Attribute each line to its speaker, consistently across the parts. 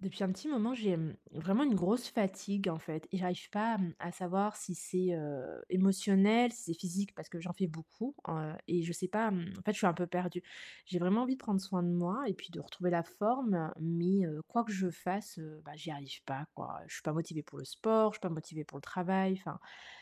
Speaker 1: Depuis un petit moment, j'ai vraiment une grosse fatigue, en fait, et j'arrive pas à savoir si c'est émotionnel, si c'est physique parce que j'en fais beaucoup et je sais pas, en fait, je suis un peu perdue. J'ai vraiment envie de prendre soin de moi et puis de retrouver la forme, mais quoi que je fasse, bah, j'y arrive pas, quoi. Je suis pas motivée pour le sport, je suis pas motivée pour le travail, enfin,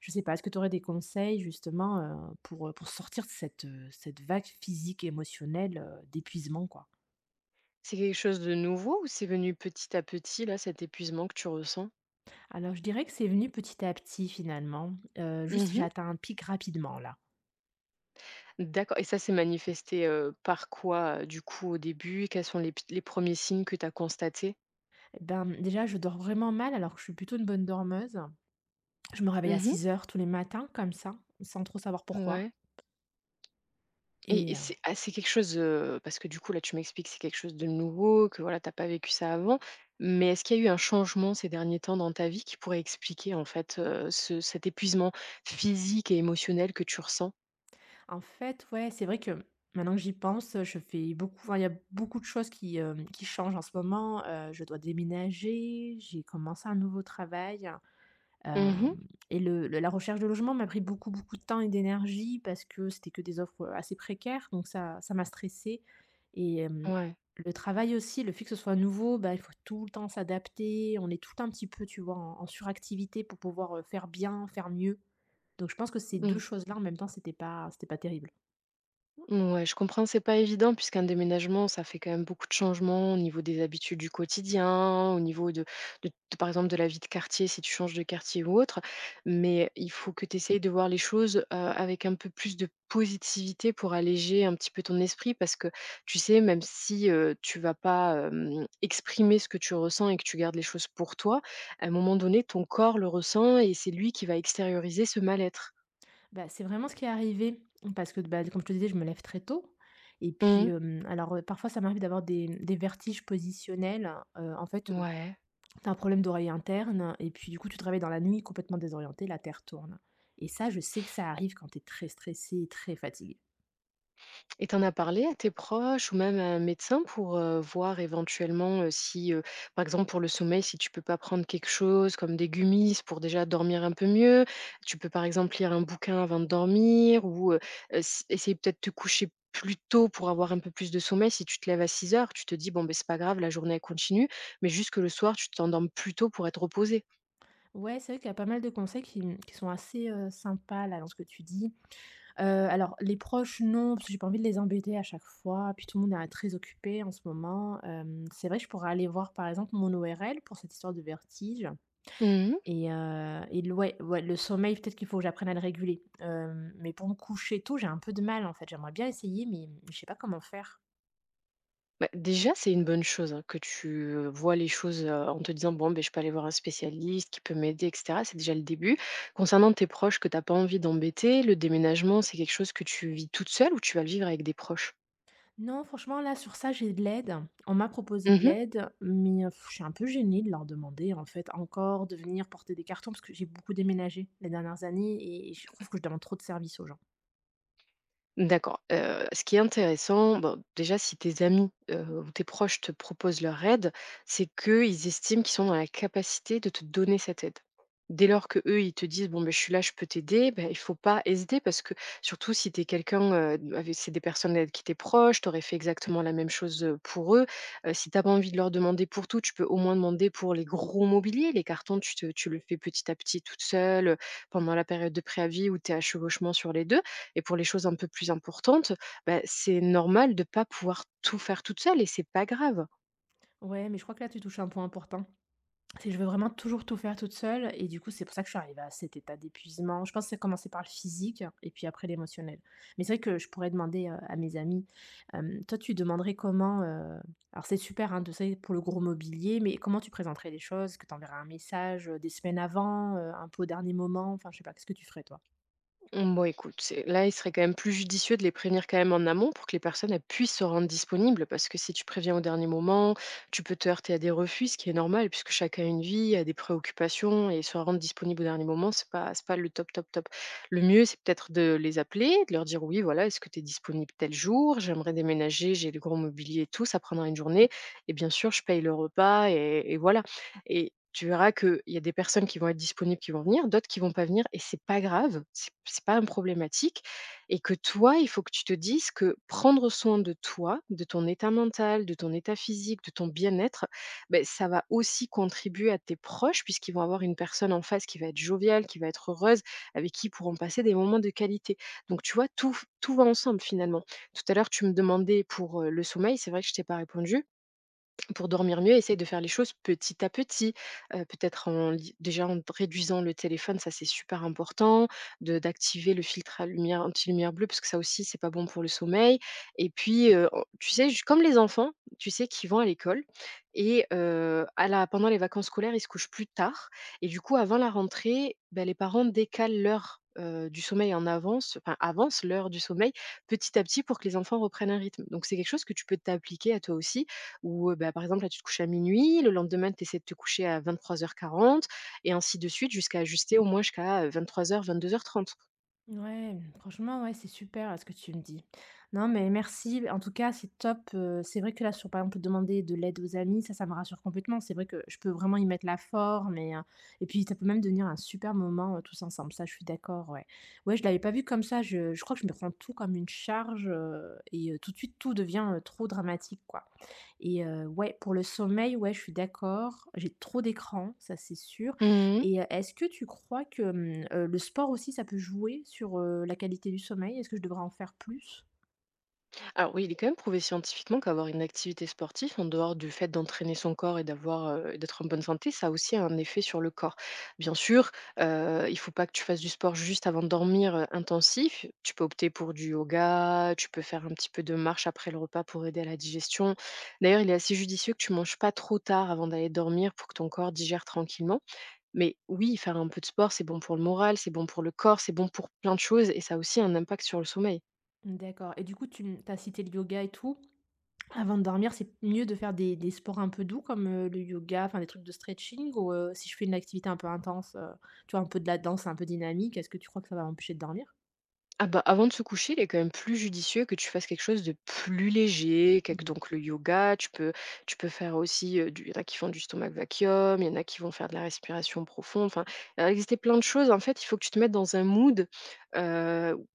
Speaker 1: je sais pas. Est-ce que tu aurais des conseils justement pour sortir de cette vague physique et émotionnelle d'épuisement, quoi?
Speaker 2: C'est quelque chose de nouveau ou c'est venu petit à petit, là, cet épuisement que tu ressens?
Speaker 1: Alors, je dirais que c'est venu petit à petit finalement. Juste, j'ai
Speaker 2: Mmh.
Speaker 1: atteint un pic rapidement là.
Speaker 2: D'accord, et ça s'est manifesté, par quoi, du coup, au début? Quels sont les premiers signes que tu as constatés?
Speaker 1: Eh ben, déjà, je dors vraiment mal alors que je suis plutôt une bonne dormeuse. Je me réveille à
Speaker 2: Mhm.
Speaker 1: 6 heures tous les matins comme ça, sans trop savoir pourquoi,
Speaker 2: Ouais, et
Speaker 1: et
Speaker 2: et c'est quelque chose, parce que du coup, là, tu m'expliques, c'est quelque chose de nouveau, que voilà, t'as pas vécu ça avant, mais est-ce qu'il y a eu un changement ces derniers temps dans ta vie qui pourrait expliquer, en fait, ce cet épuisement physique et émotionnel que tu ressens?
Speaker 1: en fait, ouais, c'est vrai que maintenant que j'y pense, je fais beaucoup, enfin, il y a beaucoup de choses qui changent en ce moment. Je dois déménager, j'ai commencé un nouveau travail.
Speaker 2: Mhm.
Speaker 1: Hem Et le la recherche de logement m'a pris beaucoup, beaucoup de temps et d'énergie parce que c'était que des offres assez précaires, donc ça m'a stressée, et
Speaker 2: Ouais.
Speaker 1: le travail aussi, le fait que ce soit nouveau, bah, il faut tout le temps s'adapter. On est tout le temps un petit peu, tu vois, en suractivité pour pouvoir faire bien, faire mieux. Donc je pense que ces 2
Speaker 2: Mmh.
Speaker 1: choses-là, en même temps, c'était pas terrible.
Speaker 2: Ouais, je comprends, c'est pas évident puisqu'un déménagement, ça fait quand même beaucoup de changements au niveau des habitudes du quotidien, au niveau de, par exemple, de la vie de quartier, si tu changes de quartier ou autre. Mais il faut que tu essayes de voir les choses avec un peu plus de positivité pour alléger un petit peu ton esprit, parce que tu sais, même si tu vas pas exprimer ce que tu ressens et que tu gardes les choses pour toi, à un moment donné, ton corps le ressent et c'est lui qui va extérioriser ce mal-être.
Speaker 1: Bah, c'est vraiment ce qui est arrivé parce que, bah, comme je te disais, je me lève très tôt et puis,
Speaker 2: Mhm.
Speaker 1: alors, parfois ça m'arrive d'avoir des vertiges positionnels. En fait,
Speaker 2: Ouais.
Speaker 1: t'as un problème d'oreille interne et puis du coup, tu travailles dans la nuit complètement désorienté, la terre tourne. Et ça, je sais que ça arrive quand t'es très stressé et très fatigué.
Speaker 2: Et ten en as parlé à tes proches ou même à un médecin pour, voir éventuellement, si, par exemple pour le sommeil, si tu peux pas prendre quelque chose comme des gummies pour déjà dormir un peu mieux? Tu peux par exemple lire un bouquin avant de dormir, ou, essayer peut-être de te coucher plus tôt pour avoir un peu plus de sommeil. Si tu te lèves à 6h, tu te dis: «Bon, ben c'est pas grave, la journée elle continue», mais juste que le soir, tu t'endormes plus tôt pour être reposé.
Speaker 1: Ouais, c'est vrai qu'il y a pas mal de conseils qui sont assez sympas là dans ce que tu dis. Heu, alors les proches non, parce que j'ai pas envie de les embêter à chaque fois, puis tout le monde est très occupé en ce moment. C'est vrai que je pourrais aller voir par exemple mon ORL pour cette histoire de vertige et le ouais, ouais, le sommeil peut-être qu'il faut que j'apprenne à le réguler. Mais pour me coucher tôt, j'ai un peu de mal en fait. J'aimerais bien essayer, mais je sais pas comment faire.
Speaker 2: Bah, déjà, c'est une bonne chose, hein, que tu, vois les choses, en te disant: «Bon, ben je peux aller voir un spécialiste qui peut m'aider» et cetera. C'est déjà le début. Concernant tes proches que tu as pas envie d'embêter, le déménagement, c'est quelque chose que tu vis toute seule ou tu vas le vivre avec des proches?
Speaker 1: Non, franchement, là, sur ça, j'ai de l'aide. On m'a proposé de
Speaker 2: Mmh.
Speaker 1: l'aide, mais je suis un peu gênée de leur demander, en fait, encore de venir porter des cartons parce que j'ai beaucoup déménagé les dernières années et je trouve que je demande trop de services aux gens.
Speaker 2: D'accord, ce qui est intéressant, bon, déjà, si tes amis, ou tes proches te proposent leur aide, c'est qu'ils estiment qu'ils sont dans la capacité de te donner cette aide. Dès lors que eux ils te disent: «Bon, ben je suis là, je peux t'aider», ben il faut pas hésiter, parce que, surtout si tu es quelqu'un, avec c'est des personnes avec qui t'es proche, tu aurais fait exactement la même chose, pour eux. Si t'as pas envie de leur demander pour tout, tu peux au moins demander pour les gros mobiliers. Les cartons, tu le fais petit à petit toute seule, pendant la période de préavis où tu es à chevauchement sur les 2. Et pour les choses un peu plus importantes, bah, c'est normal de pas pouvoir tout faire toute seule et c'est pas grave.
Speaker 1: Ouais, mais je crois que là, tu touches un point important. C'est que je veux vraiment toujours tout faire toute seule et du coup, c'est pour ça que je suis arrivée à cet état d'épuisement. Je pense que ça a commencé par le physique et puis après l'émotionnel. Mais c'est vrai que je pourrais demander à mes amis, toi tu demanderais comment alors c'est super, hein, de ça pour le gros mobilier, mais comment tu présenterais les choses? Est-ce que tu enverrais un message des semaines avant un peu au dernier moment? Enfin, je sais pas, qu'est-ce que tu ferais toi?
Speaker 2: Mmh, bon, écoute, c'est là, il serait quand même plus judicieux de les prévenir quand même en amont pour que les personnes, elles puissent se rendre disponibles, parce que si tu préviens au dernier moment, tu peux te heurter à des refus, ce qui est normal puisque chacun a une vie, a des préoccupations et se rendre disponible au dernier moment, c'est pas le top, top, top. Le mieux, c'est peut-être de les appeler, de leur dire: «Oui, voilà, est-ce que tu es disponible tel jour? J'aimerais déménager, j'ai le gros mobilier et tout, ça prendra une journée et bien sûr, je paye le repas», et voilà. Et tu verras qu'il y a des personnes qui vont être disponibles, qui vont venir, d'autres qui vont pas venir et c'est pas grave, c'est pas un problématique, et que toi, il faut que tu te dises que prendre soin de toi, de ton état mental, de ton état physique, de ton bien-être, ben ça va aussi contribuer à tes proches puisqu'ils vont avoir une personne en face qui va être joviale, qui va être heureuse, avec qui ils pourront passer des moments de qualité. Donc tu vois, tout va ensemble finalement. Tout à l'heure, tu me demandais pour, le sommeil, c'est vrai que je t'ai pas répondu. Pour dormir mieux, essaye de faire les choses petit à petit. Peut-être en li déjà en réduisant le téléphone, ça c'est super important, de d'activer le filtre à lumière anti-lumière bleue parce que ça aussi c'est pas bon pour le sommeil et puis, en tu sais, j comme les enfants, tu sais, qui vont à l'école et à la pendant les vacances scolaires, ils se couchent plus tard et du coup avant la rentrée, bah, les parents décalent l'heure, du sommeil en avance, enfin avance l'heure du sommeil petit à petit pour que les enfants reprennent un rythme. Donc c'est quelque chose que tu peux t'appliquer à toi aussi où, bah, par exemple, là, tu te couches à minuit. Le lendemain, tu essaies de te coucher à 23:40 et ainsi de suite jusqu'à ajuster au moins jusqu'à, 23:00-22:30.
Speaker 1: Ouais, franchement, ouais, c'est super là, ce que tu me dis. Non, mais merci. En tout cas, c'est top. C'est vrai que là, sur par exemple, demander de l'aide aux amis, ça me rassure complètement. C'est vrai que je peux vraiment y mettre la forme, et puis ça peut même devenir un super moment tous ensemble. Ça, je suis d'accord. Ouais, ouais, je l'avais pas vu comme ça. Je crois que je me prends tout comme une charge et tout de suite, tout devient trop dramatique, quoi. Et ouais, pour le sommeil, ouais, je suis d'accord. J'ai trop d'écrans, ça c'est sûr,
Speaker 2: Mmh mh.
Speaker 1: et est-ce que tu crois que le sport aussi ça peut jouer sur la qualité du sommeil? Est-ce que je devrais en faire plus?
Speaker 2: Alors oui, il est quand même prouvé scientifiquement qu'avoir une activité sportive, en dehors du fait d'entraîner son corps et d'être en bonne santé, ça a aussi un effet sur le corps. Bien sûr, il faut pas que tu fasses du sport juste avant de dormir, intensif. Tu peux opter pour du yoga, tu peux faire un petit peu de marche après le repas pour aider à la digestion. D'ailleurs, il est assez judicieux que tu manges pas trop tard avant d'aller dormir pour que ton corps digère tranquillement. Mais oui, faire un peu de sport, c'est bon pour le moral, c'est bon pour le corps, c'est bon pour plein de choses et ça a aussi un impact sur le sommeil.
Speaker 1: D'accord, et du coup tu as cité le yoga et tout. Avant de dormir, c'est mieux de faire des sports un peu doux comme le yoga, enfin des trucs de stretching, ou si je fais une activité un peu intense tu vois un peu de la danse un peu dynamique, est-ce que tu crois que ça va m'empêcher de dormir?
Speaker 2: Ah bah, avant de se coucher, il est quand même plus judicieux que tu fasses quelque chose de plus léger, quelque
Speaker 1: Mmh.
Speaker 2: donc le yoga, tu peux faire aussi, du il y en a qui font du stomach vacuum, il y en a qui vont faire de la respiration profonde, enfin, il va exister plein de choses. En fait, il faut que tu te mettes dans un mood, heu,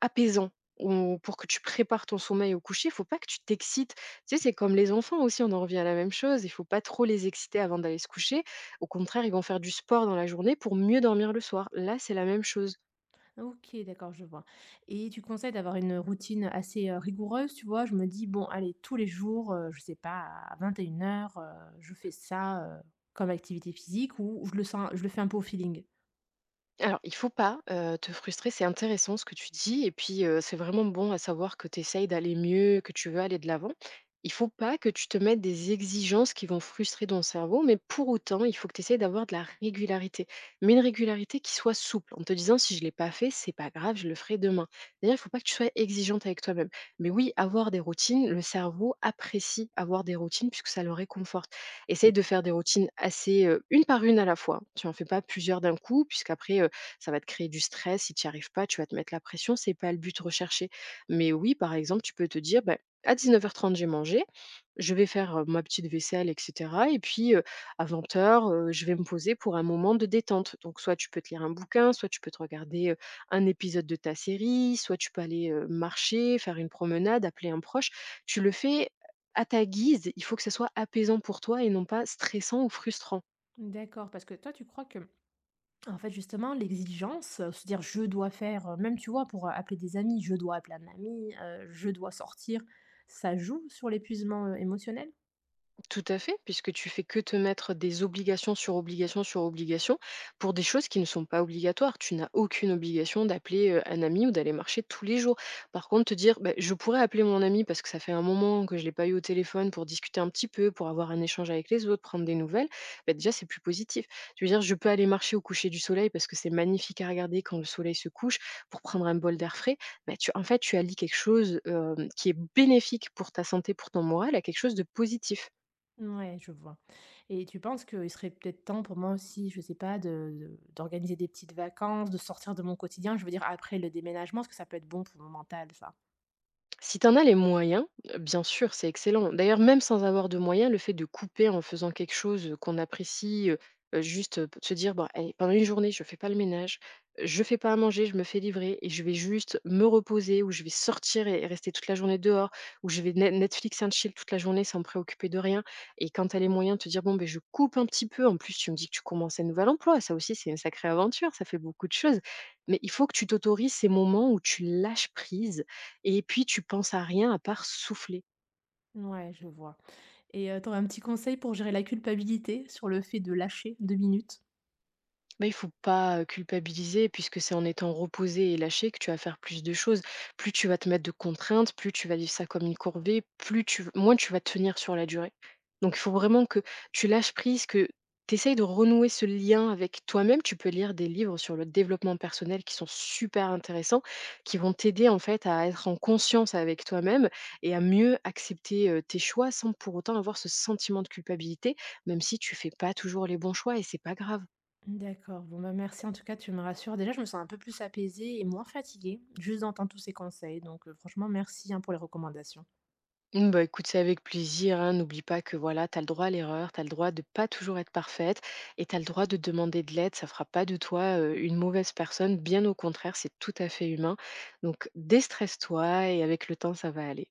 Speaker 2: apaisant, ou pour que tu prépares ton sommeil au coucher, il faut pas que tu t'excites. Tu sais, c'est comme les enfants aussi, on en revient à la même chose, il faut pas trop les exciter avant d'aller se coucher. Au contraire, ils vont faire du sport dans la journée pour mieux dormir le soir. Là, c'est la même chose.
Speaker 1: OK, d'accord, je vois, et tu conseilles d'avoir une routine assez rigoureuse, tu vois? Je me dis: «Bon, allez, tous les jours, je sais pas, à 21:00, je fais ça, comme activité physique», ou je le sens, je le fais un peu au feeling?
Speaker 2: Alors, il faut pas, te frustrer, c'est intéressant ce que tu dis et puis, c'est vraiment bon à savoir que tu essayes d'aller mieux, que tu veux aller de l'avant. Il faut pas que tu te mettes des exigences qui vont frustrer ton cerveau, mais pour autant, il faut que tu essayes d'avoir de la régularité, mais une régularité qui soit souple, en te disant: «Si je l'ai pas fait, c'est pas grave, je le ferai demain». D'ailleurs, il faut pas que tu sois exigeante avec toi-même, mais oui, avoir des routines, le cerveau apprécie avoir des routines puisque ça le réconforte. Essaye de faire des routines assez, une par une à la fois, tu en fais pas plusieurs d'un coup puisqu'après, ça va te créer du stress. Si tu n'y arrives pas, tu vas te mettre la pression, c'est pas le but recherché. Mais oui, par exemple, tu peux te dire, bah, à 19:30, j'ai mangé, je vais faire, ma petite vaisselle et cetera et puis, à 20:00, je vais me poser pour un moment de détente. Donc soit tu peux te lire un bouquin, soit tu peux te regarder, un épisode de ta série, soit tu peux aller, marcher, faire une promenade, appeler un proche. Tu le fais à ta guise, il faut que ça soit apaisant pour toi et non pas stressant ou frustrant.
Speaker 1: D'accord, parce que toi, tu crois que, en fait, justement, l'exigence se dire: «Je dois faire» même, tu vois, pour appeler des amis: «Je dois appeler un ami» «Je dois sortir», ça joue sur l'épuisement émotionnel?
Speaker 2: Tout à fait, puisque tu fais que te mettre des obligations sur obligations sur obligations pour des choses qui ne sont pas obligatoires. Tu n'as aucune obligation d'appeler un ami ou d'aller marcher tous les jours. Par contre, te dire, bah, je pourrais appeler mon ami parce que ça fait un moment que je ne l'ai pas eu au téléphone, pour discuter un petit peu, pour avoir un échange avec les autres, prendre des nouvelles, bah, déjà, c'est plus positif. Tu veux dire, je peux aller marcher au coucher du soleil parce que c'est magnifique à regarder quand le soleil se couche, pour prendre un bol d'air frais. Bah, tu, en fait, tu allies quelque chose qui est bénéfique pour ta santé, pour ton moral, à quelque chose de positif.
Speaker 1: Ouais, je vois. Et tu penses qu'il serait peut-être temps pour moi aussi, je sais pas, de d'organiser des petites vacances, de sortir de mon quotidien, je veux dire après le déménagement, parce que ça peut être bon pour mon mental, ça.
Speaker 2: Si tu en as les moyens, bien sûr, c'est excellent. D'ailleurs, même sans avoir de moyens, le fait de couper en faisant quelque chose, qu'on apprécie, juste, se dire: «Bon, allez, pendant une journée, je fais pas le ménage, je fais pas à manger, je me fais livrer et je vais juste me reposer ou je vais sortir et rester toute la journée dehors ou je vais Netflix and chill toute la journée sans me préoccuper de rien», et quand tu as les moyens de te dire: «Bon, ben je coupe un petit peu». En plus, tu me dis que tu commences un nouvel emploi, ça aussi, c'est une sacrée aventure, ça fait beaucoup de choses. Mais il faut que tu t'autorises ces moments où tu lâches prise, et puis tu penses à rien à part souffler.
Speaker 1: Ouais, je vois. Et tu un petit conseil pour gérer la culpabilité sur le fait de lâcher 2 minutes?
Speaker 2: Mais il faut pas, culpabiliser puisque c'est en étant reposé et lâché que tu vas faire plus de choses. Plus tu vas te mettre de contraintes, plus tu vas vivre ça comme une corvée, plus tu moins tu vas tenir sur la durée. Donc il faut vraiment que tu lâches prise, que tu essayes de renouer ce lien avec toi-même. Tu peux lire des livres sur le développement personnel qui sont super intéressants, qui vont t'aider en fait à être en conscience avec toi-même et à mieux accepter, tes choix sans pour autant avoir ce sentiment de culpabilité, même si tu fais pas toujours les bons choix et c'est pas grave.
Speaker 1: D'accord. Bon, bah, merci en tout cas, tu me rassures. Déjà, je me sens un peu plus apaisée et moins fatiguée, juste d'entendre tous ces conseils, donc franchement merci, hein, pour les recommandations.
Speaker 2: Mmh, bah, écoute, c'est avec plaisir, hein. N'oublie pas que voilà, tu as le droit à l'erreur, tu as le droit de pas toujours être parfaite et tu as le droit de demander de l'aide. Ça fera pas de toi, une mauvaise personne, bien au contraire, c'est tout à fait humain. Donc déstresse-toi et avec le temps, ça va aller.